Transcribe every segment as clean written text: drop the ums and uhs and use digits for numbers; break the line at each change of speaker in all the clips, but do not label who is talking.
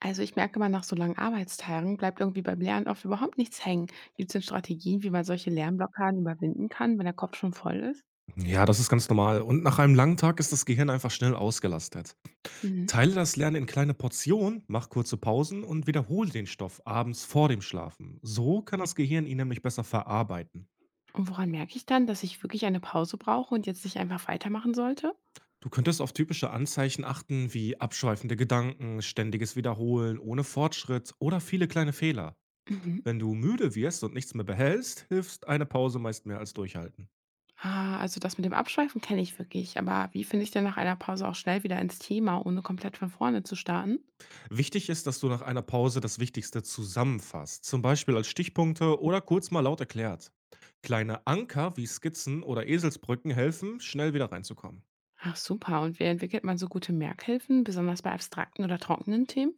Also ich merke mal, nach so langen Arbeitstagen bleibt irgendwie beim Lernen oft überhaupt nichts hängen. Gibt es denn Strategien, wie man solche Lernblockaden überwinden kann, wenn der Kopf schon voll ist?
Ja, das ist ganz normal. Und nach einem langen Tag ist das Gehirn einfach schnell ausgelastet.
Mhm.
Teile das Lernen in kleine Portionen, mach kurze Pausen und wiederhole den Stoff abends vor dem Schlafen. So kann
Ja.
das Gehirn ihn nämlich besser verarbeiten.
Und woran merke ich dann, dass ich wirklich eine Pause brauche und jetzt nicht einfach weitermachen sollte?
Du könntest auf typische Anzeichen achten wie abschweifende Gedanken, ständiges Wiederholen ohne Fortschritt oder viele kleine Fehler.
Mhm.
Wenn du müde wirst und nichts mehr behältst, hilft eine Pause meist mehr als durchhalten.
Ah, also das mit dem Abschweifen kenne ich wirklich. Aber wie finde ich denn nach einer Pause auch schnell wieder ins Thema, ohne komplett von vorne zu starten?
Wichtig ist, dass du nach einer Pause das Wichtigste zusammenfasst, zum Beispiel als Stichpunkte oder kurz mal laut erklärt. Kleine Anker wie Skizzen oder Eselsbrücken helfen, schnell wieder reinzukommen.
Ach super. Und wie entwickelt man so gute Merkhilfen, besonders bei abstrakten oder trockenen Themen?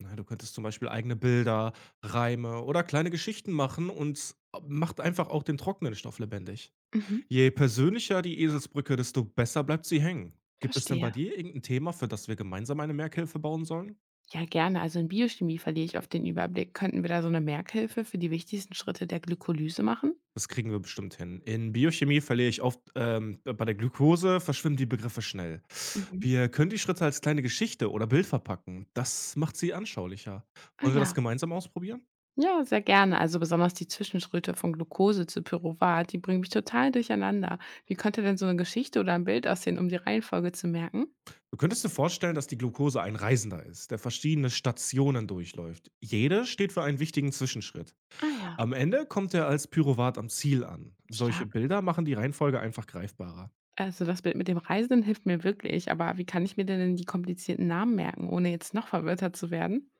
Na, du könntest zum Beispiel eigene Bilder, Reime oder kleine Geschichten machen und macht einfach auch den trockenen Stoff lebendig.
Mhm.
Je persönlicher die Eselsbrücke, desto besser bleibt sie hängen. Gibt es denn bei
Verstehe.
dir irgendein Thema, für das wir gemeinsam eine Merkhilfe bauen sollen?
Ja, gerne. Also in Biochemie verliere ich oft den Überblick. Könnten wir da so eine Merkhilfe für die wichtigsten Schritte der Glykolyse machen?
Das kriegen wir bestimmt hin. In Biochemie verliere ich oft bei der Glukose verschwimmen die Begriffe schnell.
Mhm.
Wir können die Schritte als kleine Geschichte oder Bild verpacken. Das macht sie anschaulicher.
Ah
Wollen wir das
ja.
gemeinsam ausprobieren?
Ja, sehr gerne. Also besonders die Zwischenschritte von Glucose zu Pyruvat, die bringen mich total durcheinander. Wie könnte denn so eine Geschichte oder ein Bild aussehen, um die Reihenfolge zu merken?
Du könntest dir vorstellen, dass die Glukose ein Reisender ist, der verschiedene Stationen durchläuft. Jede steht für einen wichtigen Zwischenschritt.
Ah ja,
Am Ende kommt er als Pyruvat am Ziel an. Solche
stark.
Bilder machen die Reihenfolge einfach greifbarer.
Also das Bild mit dem Reisenden hilft mir wirklich, aber wie kann ich mir denn die komplizierten Namen merken, ohne jetzt noch verwirrter zu werden?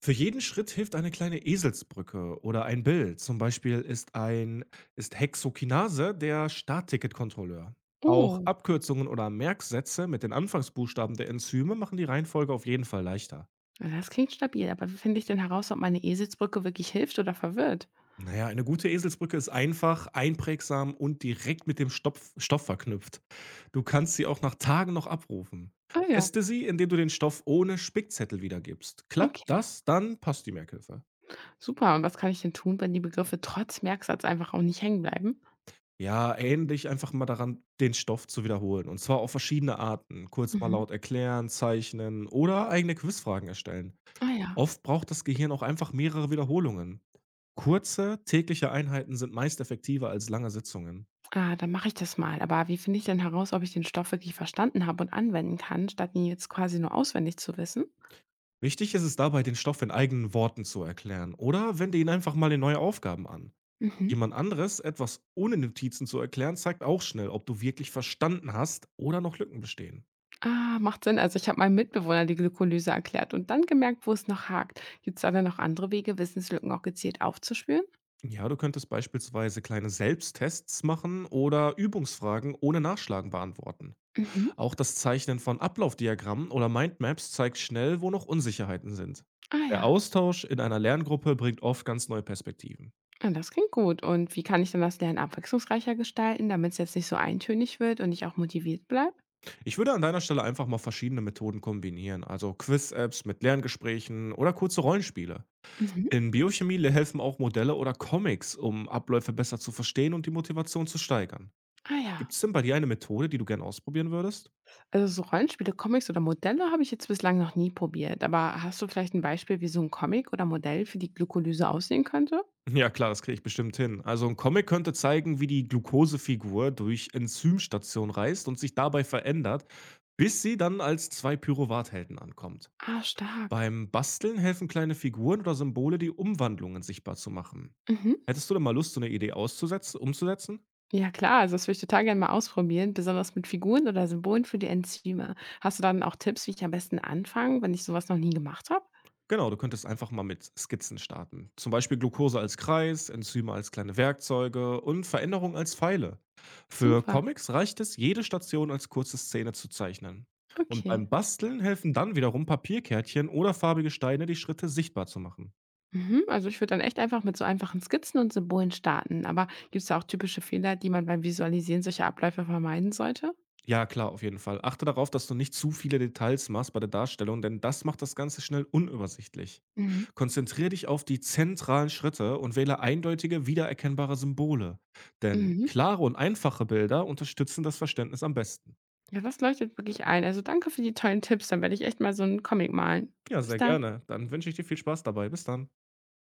Für jeden Schritt hilft eine kleine Eselsbrücke oder ein Bild. Zum Beispiel ist ein ist Hexokinase der Startticketkontrolleur. Auch
Oh,
Abkürzungen oder Merksätze mit den Anfangsbuchstaben der Enzyme machen die Reihenfolge auf jeden Fall leichter.
na, das klingt stabil, aber wie finde ich denn heraus, ob meine Eselsbrücke wirklich hilft oder verwirrt?
Naja, eine gute Eselsbrücke ist einfach, einprägsam und direkt mit dem Stoff verknüpft. Du kannst sie auch nach Tagen noch abrufen.
Ah ja.
Teste sie, indem du den Stoff ohne Spickzettel wiedergibst. Klappt
Okay,
das, dann passt die Merkhilfe.
super. Und was kann ich denn tun, wenn die Begriffe trotz Merksatz einfach auch nicht hängen bleiben?
Ja, ähnlich einfach mal daran, den Stoff zu wiederholen und zwar auf verschiedene Arten. Kurz mal
Mhm.
laut erklären, zeichnen oder eigene Quizfragen erstellen.
Ah ja.
Oft braucht das Gehirn auch einfach mehrere Wiederholungen. Kurze, tägliche Einheiten sind meist effektiver als lange Sitzungen.
Ah, dann mache ich das mal. Aber wie finde ich denn heraus, ob ich den Stoff wirklich verstanden habe und anwenden kann, statt ihn jetzt quasi nur auswendig zu wissen?
Wichtig ist es dabei, den Stoff in eigenen Worten zu erklären oder wende ihn einfach mal in neue Aufgaben an.
Mhm.
Jemand anderes etwas ohne Notizen zu erklären, zeigt auch schnell, ob du wirklich verstanden hast oder noch Lücken bestehen.
Ah, macht Sinn. Also ich habe meinem Mitbewohner die Glykolyse erklärt und dann gemerkt, wo es noch hakt. Gibt es da denn noch andere Wege, Wissenslücken auch gezielt aufzuspüren?
Ja, du könntest beispielsweise kleine Selbsttests machen oder Übungsfragen ohne Nachschlagen beantworten.
Mhm.
Auch das Zeichnen von Ablaufdiagrammen oder Mindmaps zeigt schnell, wo noch Unsicherheiten sind.
Ah
Der
ja.
Austausch in einer Lerngruppe bringt oft ganz neue Perspektiven.
Ah, das klingt gut. Und wie kann ich dann das Lernen abwechslungsreicher gestalten, damit es jetzt nicht so eintönig wird und ich auch motiviert bleibe?
Ich würde an deiner Stelle einfach mal verschiedene Methoden kombinieren, also Quiz-Apps mit Lerngesprächen oder kurze Rollenspiele.
Mhm.
In Biochemie helfen auch Modelle oder Comics, um Abläufe besser zu verstehen und die Motivation zu steigern.
Ah
Gibt
ja.
es denn bei dir eine Methode, die du gern ausprobieren würdest?
Also so Rollenspiele, Comics oder Modelle habe ich jetzt bislang noch nie probiert. Aber hast du vielleicht ein Beispiel, wie so ein Comic oder Modell für die Glykolyse aussehen könnte?
Ja klar, das kriege ich bestimmt hin. Also ein Comic könnte zeigen, wie die Glukosefigur durch Enzymstation reist und sich dabei verändert, bis sie dann als 2 Pyruvathelden ankommt.
Ah, stark.
Beim Basteln helfen kleine Figuren oder Symbole, die Umwandlungen sichtbar zu machen.
Mhm.
Hättest du denn mal Lust, so eine Idee auszusetzen umzusetzen?
Ja klar, also das würde ich total gerne mal ausprobieren, besonders mit Figuren oder Symbolen für die Enzyme. Hast du dann auch Tipps, wie ich am besten anfange, wenn ich sowas noch nie gemacht habe?
Genau, du könntest einfach mal mit Skizzen starten. Zum Beispiel Glucose als Kreis, Enzyme als kleine Werkzeuge und Veränderungen als Pfeile. Für
Super,
Comics reicht es, jede Station als kurze Szene zu zeichnen. Und
okay.
beim Basteln helfen dann wiederum Papierkärtchen oder farbige Steine, die Schritte sichtbar zu machen.
Mhm. Also ich würde dann echt einfach mit so einfachen Skizzen und Symbolen starten. Aber gibt es da auch typische Fehler, die man beim Visualisieren solcher Abläufe vermeiden sollte?
Ja, klar, auf jeden Fall. Achte darauf, dass du nicht zu viele Details machst bei der Darstellung, denn das macht das Ganze schnell unübersichtlich.
Mhm.
Konzentriere dich auf die zentralen Schritte und wähle eindeutige, wiedererkennbare Symbole. Denn
Mhm.
klare und einfache Bilder unterstützen das Verständnis am besten.
Ja, das leuchtet wirklich ein. Also danke für die tollen Tipps. Dann werde ich echt mal so einen Comic malen.
Ja,
Bis
sehr
dann.
gerne. Dann wünsche ich dir viel Spaß dabei. Bis dann.